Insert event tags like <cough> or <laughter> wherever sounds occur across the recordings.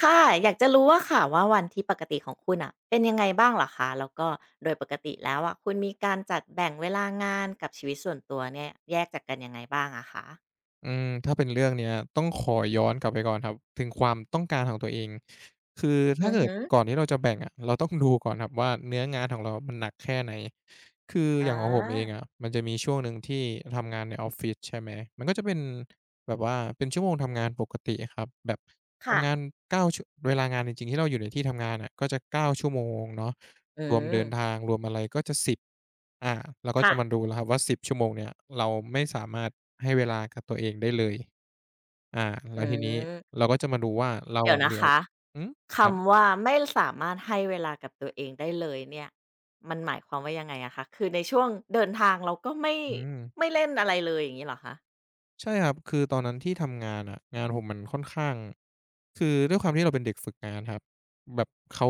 ค่ะอยากจะรู้ว่าค่ะว่าวันที่ปกติของคุณอ่ะเป็นยังไงบ้างเหรอคะแล้วก็โดยปกติแล้วอะคุณมีการจัดแบ่งเวลางานกับชีวิตส่วนตัวเนี่ยแยกจากกันยังไงบ้างอะคะถ้าเป็นเรื่องเนี้ยต้องขอย้อนกลับไปก่อนครับถึงความต้องการของตัวเองคือถ้าอือเกิดฮึก่อนที่เราจะแบ่งอะเราต้องดูก่อนครับว่าเนื้องานของเรามันหนักแค่ไหนคือออย่างของผมเองาอะมันจะมีช่วงหนึ่งที่ทำงานในออฟฟิศใช่ไหมมันก็จะเป็นแบบว่าเป็นชั่วโมงทำงานปกติอะครับแบบค่ะทำงานเก้าชั่วเวลางานจริงๆที่เราอยู่ในที่ทำงานอะก็จะเก้าชั่วโมงเนาะ อืรวมเดินมทางรวมอะไรก็จะ10อาเราก็ค่ะจะมาดูแล้วครับว่า10ชั่วโมงเนี่ยเราไม่สามารถให้เวลากับตัวเองได้เลยอาอืแล้วทีนี้มเราก็จะมาดูว่าเราเดี๋ยวอะเหนะลือคะหือครับคำว่าไม่สามารถให้เวลากับตัวเองได้เลยเนี่ยมันหมายความว่ายังไงอะคะคือในช่วงเดินทางเราก็ไม่อืม ไม่เล่นอะไรเลยอย่างงี้เหรอคะใช่ครับคือตอนนั้นที่ทำงานอะงานผมมันค่อนข้างคือด้วยความที่เราเป็นเด็กฝึกงานครับแบบเขา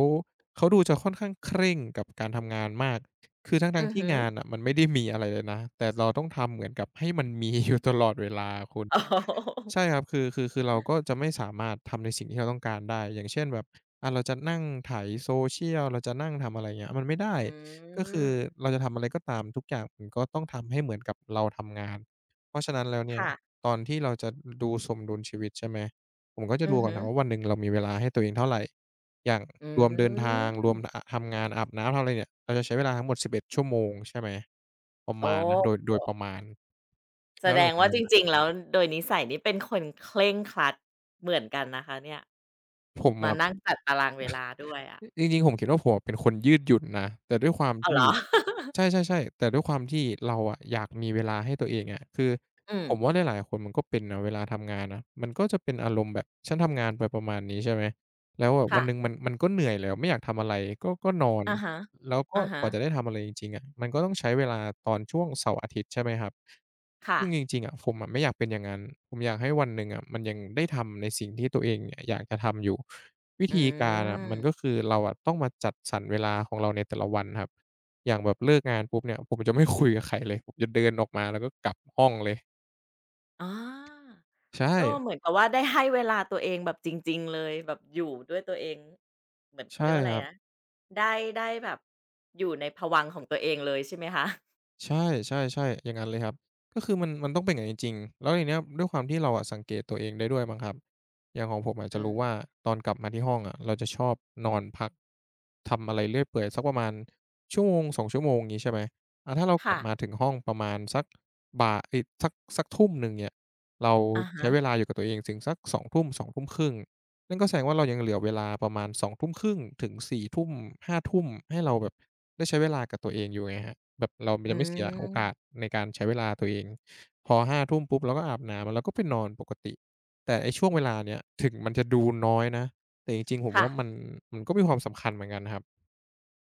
เขาดูจะค่อนข้างเคร่งกับการทำงานมากคือทั้อืงอๆที่ฮึ งานน่ะมันไม่ได้มีอะไรเลยนะแต่เราต้องทำเหมือนกับให้มันมีอยู่ตลอดเวลาอะคุณ <laughs> อ๋อใช่ครับคือเราก็จะไม่สามารถทำในสิ่งที่เราต้องการได้อย่างเช่นแบบเราจะนั่งไถ social เราจะนั่งทำอะไรเงี้ยมันไม่ได้อืก็คือเรามจะทำอะไรก็ตามทุกอย่างมันก็ต้องทำให้เหมือนกับเราทำงานเพราะฉะนั้นแล้วเนี่ย ค่ะ ตอนที่เราจะดูสมดุลชีวิตใช่ไหมผมก็จะอืดูอก่อนฮึนะว่าวันหนึ่งเรามีเวลาให้ตัวเองเท่าไรอย่างอืรวมเดินทางรวมอมทำงานอาบน้ำทำอะไรเนี่ยเราจะใช้เวลาทั้งหมด11ชั่วโมงใช่ไหมประโอมาณนะโดย้โดยประมาณแสแล้วดหลังงจากว่านั้จนริงๆ แล้วโดยนิสัยนี่เป็นคนเคร่งครัดเหมือนกันนะคะเนี่ยผมมาอะ นั่งจัดตารางเวลาด้วยอะจริงๆผมคิดว่าผมอะเป็นคนยืดหยุ่นนะแต่ด้วยความอ้าวเหรที่อ ใ <laughs> ช่ๆๆแต่ด้วยความที่เราอะอยากมีเวลาให้ตัวเองอะคืออืผมมว่าหลายๆคนมันก็เป็นนะเวลาทำงานนะมันก็จะเป็นอารมณ์แบบฉันทำงานไปประมาณนี้ใช่ไหมแล้วแบบวัค่ะนหนึ่งมันก็เหนื่อยแล้วไม่อยากทำอะไรก็นอนอะฮะแล้วก็อะกฮะว่าจะได้ทำอะไรจริงๆอะมันก็ต้องใช้เวลาตอนช่วงเสาร์อาทิตย์ใช่ไหมครับค่ะ ซึ่งจริงๆอะผมอะไม่อยากเป็นอย่างนั้นผมอยากให้วันหนึ่งอะมันยังได้ทำในสิ่งที่ตัวเองเนี่ยอยากจะทำอยู่ วิอืธีการอะมันก็มคือเราอะต้องมาจัดสรรเวลาของเราในแต่ละวันครับอย่างแบบเลิกงานปุ๊บเนี่ยผมจะไม่คุยกับใครเลยผมจะเดินออกมาแล้วก็กลับห้องเลยอ๋อใชก็เห่มือนกับว่าได้ให้เวลาตัวเองแบบจริงๆ เลยแบบอยู่ด้วยตัวเองเหมือนเขาใช่เรียกว่าอะคไรรันะบ ได้ได้แบบอยู่ในภวังค์ของตัวเองเลยใช่ไหมคะใช่ๆๆอย่างงั้นเลยครับก็คือมันต้องเป็นอย่างงั้นจริงๆแล้วทีเนี้ยด้วยความที่เราอะสังเกตตัวเองได้ด้วยมั้งครับอย่างของผมอะอืจะมรู้ว่าตอนกลับมาที่ห้องอะเราจะชอบนอนพักทำอะไรเรื่อยเปื่อยสักประมาณชั่วโมงสองชั่วโมงงี้ใช่ไหมถ้าเรากลัค่ะบมาถึงห้องประมาณสักบ่าเอ๊ยสักทุ่มหนึ่งเนี่ยเราอะใช้เวฮะลาอยู่กับตัวเองถึงสักสองทุ่มสองทุ่มครึ่งนั่นก็แสดงว่าเรายังเหลือเวลาประมาณ2ึ่งถึงสี่ทุ่มห้าทุ่มให้เราแบบ ได้ใช้เวลากับตัวเองอยู่ไงครับแบบเรามันอืจะไม่เสียโอกาสม ในการใช้เวลาตัวเองพอ5ทุ่มปุ๊บเราก็อาบน้ำแล้วเราก็ไปนอนปกติแต่ไอ้ช่วงเวลาเนี้ยถึงมันจะดูน้อยนะแต่จริงๆผมค่ะว่ามันก็มีความสำคัญเหมือนกันนะครับ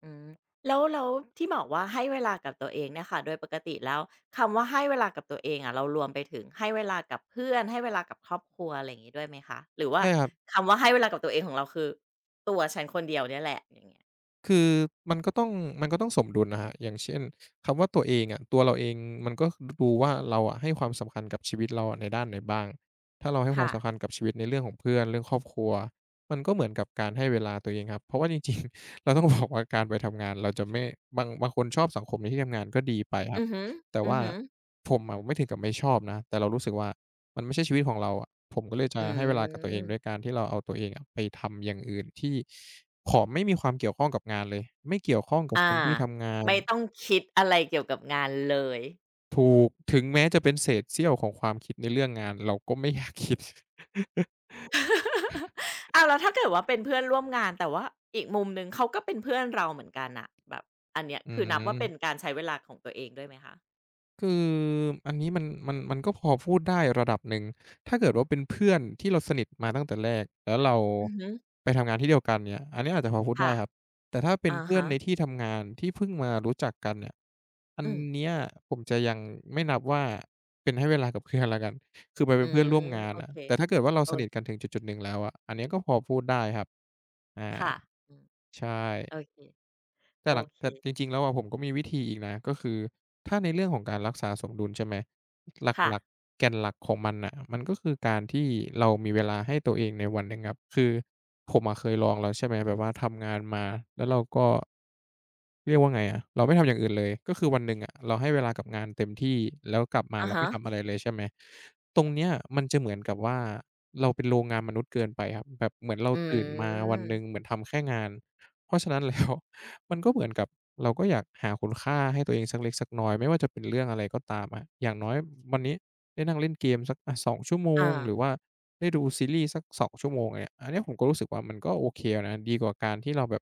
อืมแล้วแล้วที่บอกว่าให้เวลากับตัวเองเนี่ยค่ะโดยปกติแล้วคำว่าให้เวลากับตัวเองอะเรารวมไปถึงให้เวลากับเพื่อนให้เวลากับครอบครัวอะไรอย่างงี้ด้วยไหมคะหรือว่าใช่ครับ คำว่าให้เวลากับตัวเองของเราคือตัวฉันคนเดียวเนี่ยแหละอย่างเงี้ยคือมันก็ต้องมันก็ต้องสมดุลนะครับอย่างเช่นคำว่าตัวเองอะตัวเราเองมันก็ดดูว่าเราอะให้ความสำคัญกับชีวิตเราอะในด้านไหนบ้างถ้าเราให้ควาค่ะมสำคัญกับชีวิตในเรื่องของเพื่อนเรื่องครอบครัวมันก็เหมือนกับการให้เวลาตัวเองครับเพราะว่าจริงๆ <laughs> เราต้องบอกว่าการไปทำงานเราจะไม่บางคนชอบสังคมในที่ทำงานก็ดีไปครัอืบอฮึแต่อือว่าฮึผมอะไม่ถึงกับไม่ชอบนะแต่เรารู้สึกว่า มันไม่ใช่ชีวิตของเราอะผมก็เลยจะอืให้เวลากับตัวเองด้วยมการที่เราเอาตัวเองอะไปทำอย่างอื่นที่ขอไม่มีความเกี่ยวข้องกับงานเลยไม่เกี่ยวข้องกับคอานที่ทำงานไม่ต้องคิดอะไรเกี่ยวกับงานเลย ถูกถึงแม้จะเป็นเศษเสี้ยวของความคิดในเรื่องงานเราก็ไม่อยากคิด <laughs> <laughs> อ้าวแล้วถ้าเกิดว่าเป็นเพื่อนร่วมงานแต่ว่าอีกมุมหนึ่งเขาก็เป็นเพื่อนเราเหมือนกันน่ะแบบอันเนี้ยอืคือนับว่าเป็นม การใช้เวลาของตัวเองด้วยไหมคะคืออันนี้มันก็พอพูดได้ระดับหนึ่งถ้าเกิดว่าเป็นเพื่อนที่เราสนิทมาตั้งแต่แรกแล้วเราอือฮึไปทำงานที่เดียวกันเนี่ยอันนี้อาจจะพอพูดได้ค่ะครับแต่ถ้าเป็นอะเพื่อนฮะในที่ทำงานที่เพิ่งมารู้จักกันเนี่ยอันอืมเนี้ยผมจะยังไม่นับว่าเป็นให้เวลากับเพื่อนแล้วกันคือมันอืเป็นเพื่อนมร่วมงานโออะเคแต่ถ้าเกิดว่าเราโอ้สยนิทกันถึงจุดๆหนึ่งแล้วอะอันเนี้ยก็พอพูดได้ครับอาค่ะอืมใช่ โอเคแต่โอหลังเคแต่จริงๆ แล้วอะผมก็มีวิธีอีกนะก็คือถ้าในเรื่องของการรักษาสมดุลใช่ไหมหค่ะลักๆแก่นหลักของมันน่ะมันก็คือการที่เรามีเวลาให้ตัวเองในวันหนึ่งครับคือผมอะเคยลองแล้วใช่ไหมแบบว่าทำงานมาแล้วเราก็เรียกว่าไงอะเราไม่ทำอย่างอื่นเลยก็คือวันหนึ่งอะเราให้เวลากับงานเต็มที่แล้วกลับมาอะเราฮะไม่ทำอะไรเลยใช่ไหมตรงเนี้ยมันจะเหมือนกับว่าเราเป็นโรงงานมนุษย์เกินไปครับแบบเหมือนเราอืตื่นมาวันมหนึ่งเหมือนทำแค่งานเพราะฉะนั้น <laughs> แล้ว มันก็เหมือนกับเราก็อยากหาคุณค่าให้ตัวเองสักเล็กสักน้อยไม่ว่าจะเป็นเรื่องอะไรก็ตามอะอย่างน้อยวันนี้ได้นั่งเล่นเกมสักอะ2ชั่วโมงอาหรือว่าได้ดูซีรีส์สัก2ชั่วโมงอย่างเงี้ยอันเนี้ยผมก็รู้สึกว่ามันก็โอเคแล้วนะดีกว่าการที่เราแบบ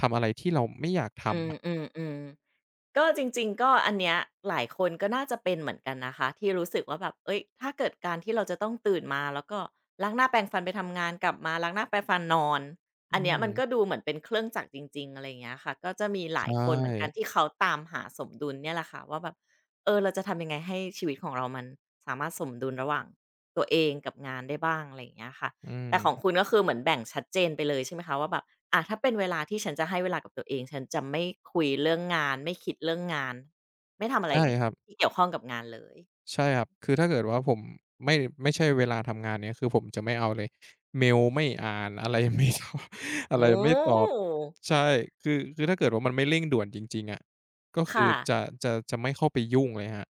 ทำอะไรที่เราไม่อยากทำอะอืมๆๆ ก็จริงๆก็อันเนี้ยหลายคนก็น่าจะเป็นเหมือนกันนะคะที่รู้สึกว่าแบบเอ้ยถ้าเกิดการที่เราจะต้องตื่นมาแล้วก็ล้างหน้าแปรงฟันไปทำงานกลับมาล้างหน้าแปรงฟันนอนอือันเนี้ยมัมนก็ดูเหมือนเป็นเครื่องจักรจริงๆอะไรอย่างเงี้ยค่ะก็จะมีหลายใช่คนเหมือนกันที่เขาตามหาสมดุลเนี่ยแหละค่ะว่าแบบเออเราจะทำยังไงให้ชีวิตของเรามันสามารถสมดุลระหว่างตัวเองกับงานได้บ้างอะไรอย่างเงี้ยค่ะอืแต่ของมคุณก็คือเหมือนแบ่งชัดเจนไปเลยใช่ไหมคะว่าแบบ อ่าถ้าเป็นเวลาที่ฉันจะให้เวลากับตัวเองฉันจะไม่คุยเรื่องงานไม่คิดเรื่องงานไม่ทำอะไรใช่ครับ ที่เกี่ยวข้องกับงานเลยใช่ครับคือถ้าเกิดว่าผมไม่ไม่ใช่เวลาทำงานเนี่ยคือผมจะไม่เอาเลยเมลไม่อ่านอะไร <laughs> ไม่ตอบอะไรโอ้ไม่ตอบใช่คือคือถ้าเกิดว่ามันไม่เร่งด่วนจริงๆอะก็คือค่ะจะไม่เข้าไปยุ่งเลยครับ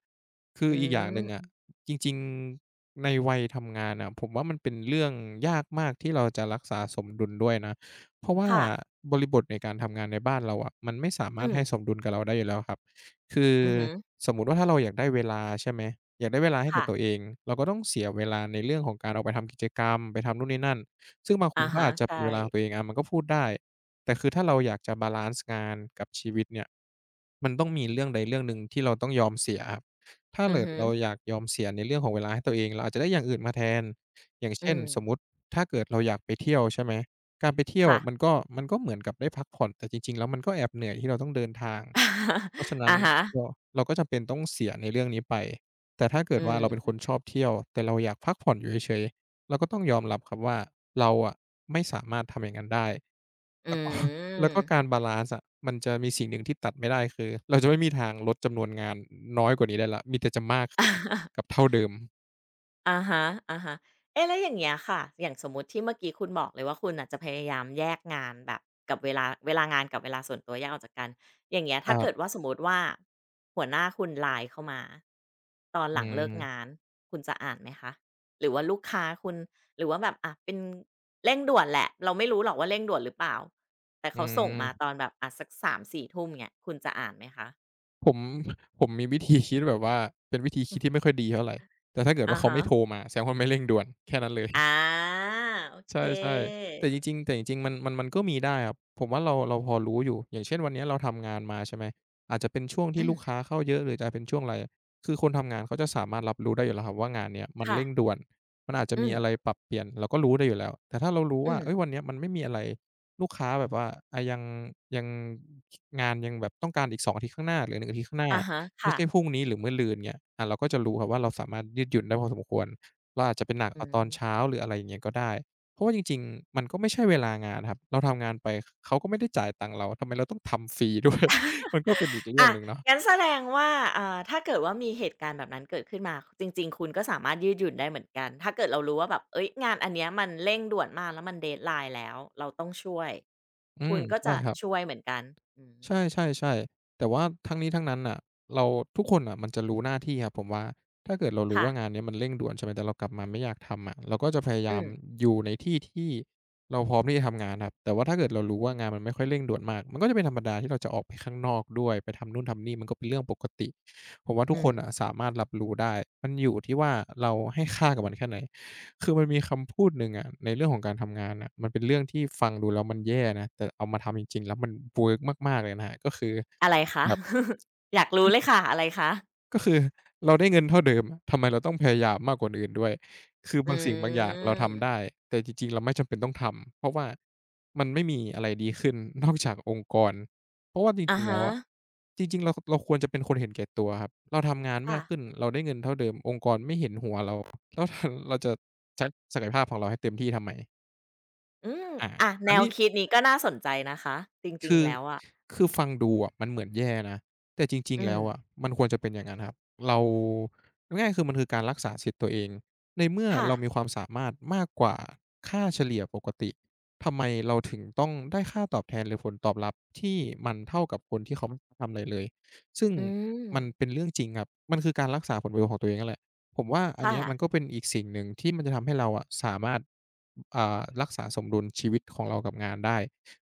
คืออือีกอย่างหนึ่งอะมจริงๆในวัยทำงานอะผมว่ามันเป็นเรื่องยากมากที่เราจะรักษาสมดุลด้วยนะเพราะว่าค่ะบริบทในการทำงานในบ้านเราอะมันไม่สาอืมารถมให้สมดุลกับเราได้อยู่แล้วครับคือ อือฮึสมมุติว่าถ้าเราอยากได้เวลาใช่ไหมอยากได้เวลาให้กัค่ะบตัวเองเราก็ต้องเสียเวลาในเรื่องของการออกไปทำกิจกรรมไปทำนู่นนี่นั่นซึ่งบางคนอาเขาฮะอาจจะใช่เป็นเวลาของตัวเองอามันก็พูดได้แต่คือถ้าเราอยากจะบาลันซ์งานกับชีวิตเนี่ยมันต้องมีเรื่องใดเรื่องหนึ่งที่เราต้องยอมเสียครับถ้าอือเกิดฮึเราอยากยอมเสียในเรื่องของเวลาให้ตัวเองเราอาจจะได้อย่างอื่นมาแทนอย่างอืเช่นมสมมุติถ้าเกิดเราอยากไปเที่ยวใช่ไหม การไปเที่ยวค่ะ มันก็มันก็เหมือนกับได้พักผ่อนแต่จริงๆแล้วมันก็แอบเหนื่อยที่เราต้องเดินทางเพราะฉะ <laughs> นั้นอาฮะเราเราก็จำเป็นต้องเสียในเรื่องนี้ไปแต่ถ้าเกิอืดว่าเราเป็นคมนชอบเที่ยวแต่เราอยากพักผ่อนอยู่เฉยๆเราก็ต้องยอมรับครับว่าเราอะไม่สามารถทำอย่างนั้นได้อืแล้วก็ <laughs> แล้ม วก็การบาลันซ์อะมันจะมีสิ่งหนึ่งที่ตัดไม่ได้คือเราจะไม่มีทางลดจำนวนงานน้อยกว่านี้ได้แล้วมีแต่จะมากขึ้นกับ <laughs> เท่าเดิมอาฮะอ่าฮะๆเอ๊ะแล้วอย่างเงี้ยค่ะอย่างสมมุติที่เมื่อกี้คุณบอกเลยว่าคุณนะจจะพยายามแยกงานแบบกับเวลาเวลางานกับเวลาส่วนตัวแยกออกจากกันอย่างเงี้ย คถ้ารัเกิดว่าบสมมุติว่าหัวหน้าคุณไลน์เข้ามาตอนหอืลังเลิกงามนคุณจะอ่านไหมคะหรือว่าลูกค้าคุณหรือว่าแบบอะเป็นเร่งด่วนแหละเราไม่รู้หรอกว่าเร่งด่วนหรือเปล่าแต่อืเขาส่งมาม ตอนแบบอะสักสามสี่ทุ่มเงี้ยคุณจะอ่านไหมคะผม <laughs> ผมมีวิธีคิดแบบว่าเป็นวิธีคิดที่ไม่ค่อยดีเท่าไรแต่ถ้าเกิดอะว่าเขาฮะไม่โทรมาแสดงว่าไม่เร่งด่วนแค่นั้นเลย อาโอใชเค่ๆแต่จริงๆแต่จริงๆมันก็มีได้ครับผมว่าเราเราพอรู้อยู่ อย่างเช่นวันเนี้ยเราทำงานมาใช่ไหม อาจจะเป็นช่วงที่อืมลูกค้าเข้าเยอะหรือจะเป็นช่วงไรคือคนทำงานเขาจะสามารถรับรู้ได้อยู่แล้วครับว่างานเนี้ยมันค่ะเร่งด่วนมันอาจจะอืมีม อะไรปรับเปลี่ยนเราก็รู้ได้อยู่แล้ว แต่ถ้าเรารู้อืว่ามเฮ้ยวันเนี้ยมันไม่มีอะไรลูกค้าแบบว่าอ่ายังงานยังแบบต้องการอีก2อาทิตย์ข้างหน้าหรือหนึ่งอาทิตย์ข้างหน้าอะฮะไม่ค่ะใช่พรุ่งนี้หรือมะรืนเงี้ยอ่าเราก็จะรู้ครับว่าเราสามารถยืดหยุ่นได้พอสมควรเราอาจจะไปหนักอืเอาตอนเช้ามหรืออะไรอย่างเงี้ยก็ได้ เพราะว่าจริงๆมันก็ไม่ใช่เวลางานครับ เราทำงานไปเขาก็ไม่ได้จ่ายตังค์เรา ทำไมเราต้องทำฟรีด้วย <laughs> มันก็เป็นอีกเรื่อะองหนึ่งเนาะงั้นแสดงว่าอ่าถ้าเกิดว่ามีเหตุการณ์แบบนั้นเกิดขึ้นมา จริงๆ คุณก็สามารถยืดหยุ่นได้เหมือนกัน ถ้าเกิดเรารู้ว่าแบบเฮ้ย งานอันเนี้ยมันเร่งด่วนมากแล้วมัน deadline แล้ว เราต้องช่วย อืคุมณก็ใช่จะครับ ช่วยเหมือนกัน อืมใช่ๆๆแต่ว่าทั้งนี้ทั้งนั้นน่ะเราทุกคนน่ะมันจะรู้หน้าที่ครับผมว่าถ้าเกิดเรารู้ค่ะว่างานเนี้ยมันเร่งด่วนใช่ไหมแต่เรากลับมาไม่อยากทำอะเราก็จะพยาอืยามมๆอยู่ในที่ที่เราพร้อมที่จะทำงานครับแต่ว่าถ้าเกิดเรารู้ว่างานมันไม่ค่อยเร่งด่วนมากมันก็จะเป็นธรรมดาที่เราจะออกไปข้างนอกด้วยไปทำนู่นทำนี่มันก็เป็นเรื่องปกติผมว่าทุอืกคม นน่ะสามารถรับรู้ได้มันอยู่ที่ว่าเราให้ค่ากับมันแค่ไหน คือมันมีคำพูดหนึ่งอะในเรื่องของการทำงานอะมันเป็นเรื่องที่ฟังดูแล้วมันแย่นะแต่เอามาทำจริงๆแล้วมันเวิร์กมากๆเลยนะครับก็คืออะไรคะ แบบ <laughs> อยากรู้เลยค่ะอะไรคะก็คือเราได้เงินเท่าเดิมทำไมเราต้องพยายามมากกว่าคนอื่นด้วยคืออืบางสิ่งบางอย่างเราทำได้มแต่จริงๆเราไม่จำเป็นต้องทำเพราะว่ามันไม่มีอะไรดีขึ้น <laughs> นอกจากองค์กรเพราะว่าจอะริงๆแล้ฮะวอะจริงๆเราควรจะเป็นคนเห็นแก่ตัวครับเราทำงานค่ะมากขึ้นเราได้เงินเท่าเดิมองค์กรไม่เห็นหัวเราแล้ว <laughs> เราจะใช้ศักยภาพของเราให้เต็มที่ทำไมอืมอาอะแนอันวนี้ คิดนี้ก็น่าสนใจนะคะจริงคืๆอแล้วอะคือฟังดูอะมันเหมือนแย่นะแต่จริงๆอืแล้มวอะมันควรจะเป็นอย่างนั้นครับเราง่ายๆคือมันคือการรักษาสิทธิ์ตัวเองในเมื่อค่ะเรามีความสามารถมากกว่าค่าเฉลี่ยปกติทำไมเราถึงต้องได้ค่าตอบแทนหรือผลตอบรับที่มันเท่ากับคนที่เขาไม่ทำอะไรเลยซึ่งอืม มันเป็นเรื่องจริงครับมันคือการรักษาผลประโยชน์ของตัวเองนั่นแหละผมว่าอันค่ะ เนี้ยมันก็เป็นอีกสิ่งหนึ่งที่มันจะทำให้เราอะสามารถอ่ารักษาสมดุลชีวิตของเรากับงานได้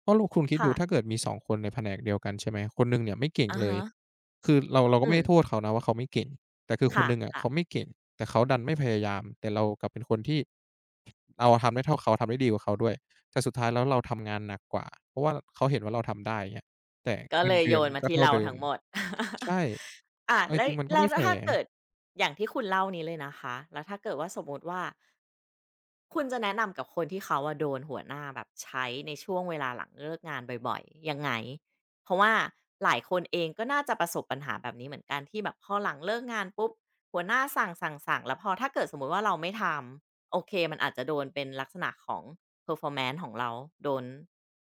เพราะลูกคุณคิดค่ะดูถ้าเกิดมีสองคนในแผนกเดียวกันใช่ไหมคนหนึ่งเนี่ยไม่เก่งอะเลยฮะคือเราก็อืไม่ได้โทม ษเขานะว่าเขาไม่เก่งแต่คือคค่นหนึ่งอะะเขาไม่เก่งแต่เขาดันไม่พยายามแต่เรากลับเป็นคนที่เราทำได้เท่าเขาทำได้ดีกว่าเขาด้วยแต่สุดท้ายแล้วเราทำงานหนักกว่าเพราะว่าเขาเห็นว่าเราทำได้อย่างเงี้ยแต่ๆก็เงิเลนยเดืโยอนนมาก็ที่เท่าเราเดิมทั้งหมด ใช่ <laughs> อาเอาจแล้วริงๆมันก็แล้วไม่แฟถ้าร์เกิดอย่างที่คุณเล่านี้เลยนะคะ แล้วถ้าเกิดว่าสมมุติว่า คุณจะแนะนำกับคนที่เขาอะโดนหัวหน้าแบบใช้ในช่วงเวลาหลังเลิกงานบ่อยๆยังไงเพราะว่าหลายคนเองก็น่าจะประสบปัญหาแบบนี้เหมือนกันที่แบบพอหลังเลิกงานปุ๊บหัวหน้าสั่งสสัั่งสั่งแล้วพอถ้าเกิดสมมุติว่าเราไม่ทำโอเคมันอาจจะโดนเป็นลักษณะของ performance ของเราโดน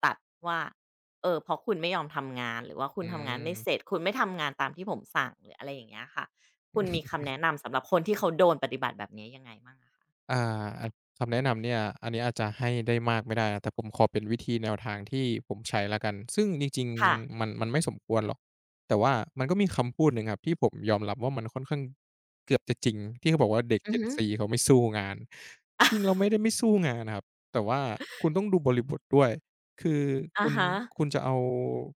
ตัดว่าเออเพราะคุณไม่ยอมทำงานหรือว่าคุณอืทำงานไม่เสร็ม จคุณไม่ทำงานตามที่ผมสั่งหรืออะไรอย่างเงี้ยค่ะคุณมีคำแนะนำสำหรับคนที่เขาโดนปฏิบัติแบบนี้ยังไงบ้างอะอ่าอันคำแนะนำเนี่ยอันนี้อาจจะให้ได้มากไม่ได้นะแต่ผมขอเป็นวิธีแนวทางที่ผมใช้แล้วกันซึ่งจริงค่ะๆมันมันไม่สมควรหรอกแต่ว่ามันก็มีคำพูดหนึ่งครับที่ผมยอมรับว่ามันค่อนข้างเกือบจะจริงที่เขาบอกว่าเด็ก อือ Gen ฮึ Z เขาไม่สู้งานจริงๆเราอไม่ได้ไม่สู้งานนะครับแต่ว่าคุณต้องดูบริบทด้วย คือะคุณฮะคุณจะเอา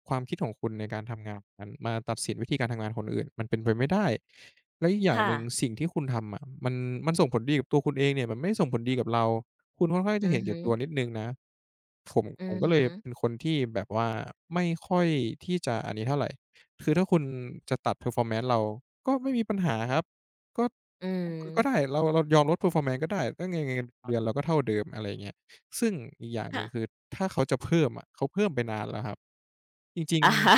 ความคิดของคุณในการทำงานนั้นมาตัดสินวิธีการทำงานคนอื่นมันเป็นไปไม่ได้แล้วอีกอย่างค่ะหนึ่งสิ่งที่คุณทำอะมันส่งผลดีกับตัวคุณเองเนี่ยมันไม่ได้ส่งผลดีกับเราคุณค่อนข้างจะอืเห็อนฮึแก่ตัวนิดหนึ่งนะผมผอืมอก็เลฮึยเป็นคนที่แบบว่าไม่ค่อยที่จะอันนี้เท่าไรคือถ้าคุณจะตัด performance เราก็ไม่มีปัญหาครับก็อืก็ได้มเรายอมลด performance ก็ได้ก็เงินเดือนเราก็เท่าเดิมอะไรอย่างเงี้ย ซึ่งอีกอย่างหค่ะนึ่งคือถ้าเขาจะเพิ่มอะเขาเพิ่มไปนานแล้วครับจริงอะฮะ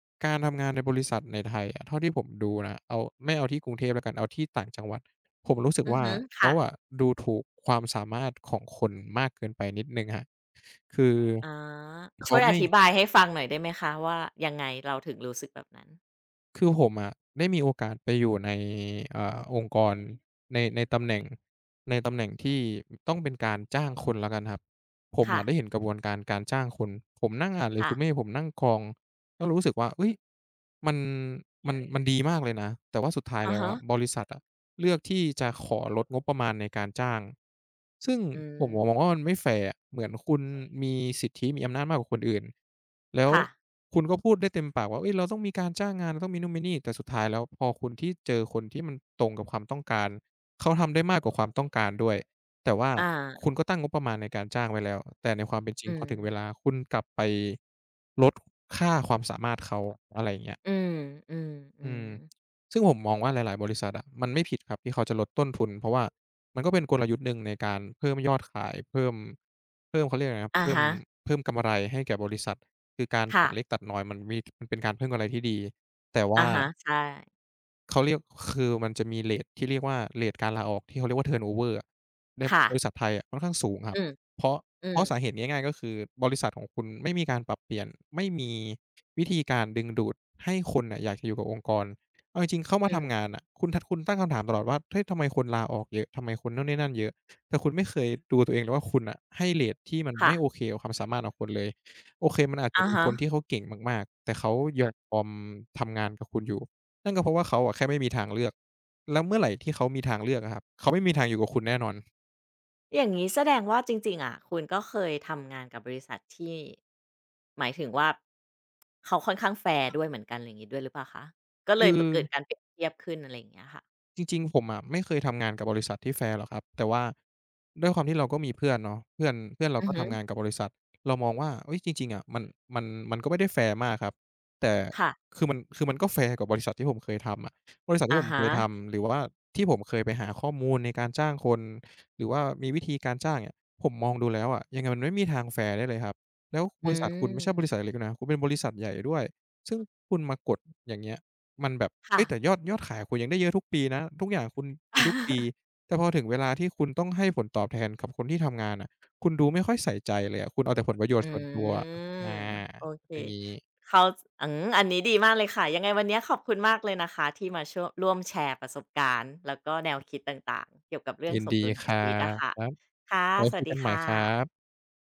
ๆการทำงานในบริษัทในไทยอะเท่าที่ผมดูนะเอาไม่เอาที่กรุงเทพแล้วกันเอาที่ต่างจังหวัดผมรู้สึกอือว่าฮึเขาค่ะอะดูถูกความสามารถของคนมากเกินไปนิดหนึ่งครับคืออ๋อช่เขาวยอไม่ธิบายให้ฟังหน่อยได้ไหมคะว่ายังไงเราถึงรู้สึกแบบนั้นคือผมอะได้มีโอกาสไปอยู่ในองค์กรในตำแหน่งในตำแหน่งที่ต้องเป็นการจ้างคนแล้วกันครับผมค่ะอะได้เห็นกระบวนการการจ้างคนผมนั่งอ่าน ค่ะ resume ผมนั่งกรอง ก็รู้สึกว่าเฮ้ยมันมันดีมากเลยนะ แต่ว่าสุดท้ายอะแล้วฮะอะบริษัทอะเลือกที่จะขอลดงบประมาณในการจ้าง ซึ่งอืผมมองว่ามมันไม่แฟร์อะเหมือนคุณมีสิทธิมีอำนาจมากกว่าคนอื่นแล้วค่ะคุณก็พูดได้เต็มปากว่าเฮ้ยเราต้องมีการจ้างงานเราต้องมีนู่นมีนี่แต่สุดท้ายแล้วพอคุณที่เจอคนที่มันตรงกับความต้องการเขาทำได้มากกว่าความต้องการด้วย แต่ว่าอาคุณก็ตั้งงบประมาณในการจ้างไว้แล้วแต่ในความเป็นจริอืงพมอถึงเวลาคุณกลับไปลดค่าความสามารถเขาอะไรอย่างเงี้ยอืมอืมอือืมมซึ่งผมมองว่าหลายๆบริษัทอะมันไม่ผิดครับที่เขาจะลดต้นทุนเพราะว่ามันก็เป็นกลยุทธ์หนึ่งในการเพิ่มยอดขายเพิ่มเขาเรียกอะไรนะอะเพิ่มฮะเพิ่มกำไรให้แก่บริษัทคือการค่ะตัดเล็กตัดน้อยมันมีมันเป็นการเพิ่มกำไรที่ดีแต่อะว่า ฮะใช่เขาเรียกคือมันจะมีเรตที่เรียกว่าเรตการลาออกที่เขาเรียกว่า turnover อะในค่ะบริษัทไทยอะค่อนข้างสูงครัอืบมเพราะอืเพมราะสาเหตุง่ายๆก็คือบริษัทของคุณไม่มีการปรับเปลี่ยนไม่มีวิธีการดึงดูดให้คนน่ะอยากจะอยู่กับองค์กรเอาจริงๆเข้ามาอืมทำงานน่ะคุณตั้งคำถามตลอดว่าเฮ้ยทำไมคนลาออกเยอะทำไมคนนู่นนี่นั่นเยอะแต่คุณไม่เคยดูตัวเองเลยว่าคุณน่ะให้เรตที่มันค่ะไม่โอเคกับความสามารถของคุณเลยโอเคมันอาจจะอะมีฮะ คนที่เขาเก่งมากๆแต่เขายอมทำงานกับคุณอยู่ นั่นก็เพราะว่าเขาอะแค่ไม่มีทางเลือก แล้วเมื่อไหร่ที่เขามีทางเลือกอะครับเขาไม่มีทางอยู่กับคุณแน่นอนอย่างนี้แสดงว่าจริงๆอ่ะคุณก็เคยทำงานกับบริษัทที่หมายถึงว่าเขาค่อนข้างแฟร์ด้วยเหมือนกันอะไรอย่างงี้ด้วยหรือเปล่าคะก็เลคืยอ แบบเกิดการเปรียบเทียบขึ้นอะไรอย่างเงี้ยค่ะจริงๆผมอะไม่เคยทำงานกับบริษัทที่แฟร์หรอกครับแต่ว่าด้วยความที่เราก็มีเพื่อนเนาะเพื่อนเพื่อนเราอือก็ฮึทำงานกับบริษัทเรามองว่าเฮ้ยจริงๆอะมันมันก็ไม่ได้แฟร์มากครับแต่ค่ะคือมันคือมันก็แฟร์กับบริษัทที่ผมเคยทำอะบริษัทที่อะผมเคฮะยทำหรือว่าที่ผมเคยไปหาข้อมูลในการจ้างคนหรือว่ามีวิธีการจ้างเนี่ยผมมองดูแล้วอะยังไงมันไม่มีทางแฟร์ได้เลยครับแล้วอืบริษัทคุณมไม่ใช่บริษัทเล็กนะคุณเป็นบริษัทใหญ่ด้วยซึ่งคุณมากดอย่างเงี้ย มันแบบค่ะ เฮ้ยแต่ยอดขายคุณยังได้เยอะทุกปีนะทุกอย่างคุณมีทุกปี <laughs> แต่พอถึงเวลาที่คุณต้องให้ผลตอบแทนกับคนที่ทำงานน่ะคุณดูไม่ค่อยใส่ใจเลยอะคุณเอาแต่ผลประโยชน์ส่วนตัวอือะมอาโอเคอย่างงี้เข้าอืมอันนี้ดีมากเลยค่ะยังไงวันเนี้ยขอบคุณมากเลยนะคะที่มาช่วร่วมแชร์ประสบการณ์แล้วก็แนวคิดต่างๆเกี่ยวกับเรื่องยินสมดีดุลขอคงรัชีวิตอะบค่ะไวค่ะ้สคุวัสยดีกันใหม่ค่ครัะบ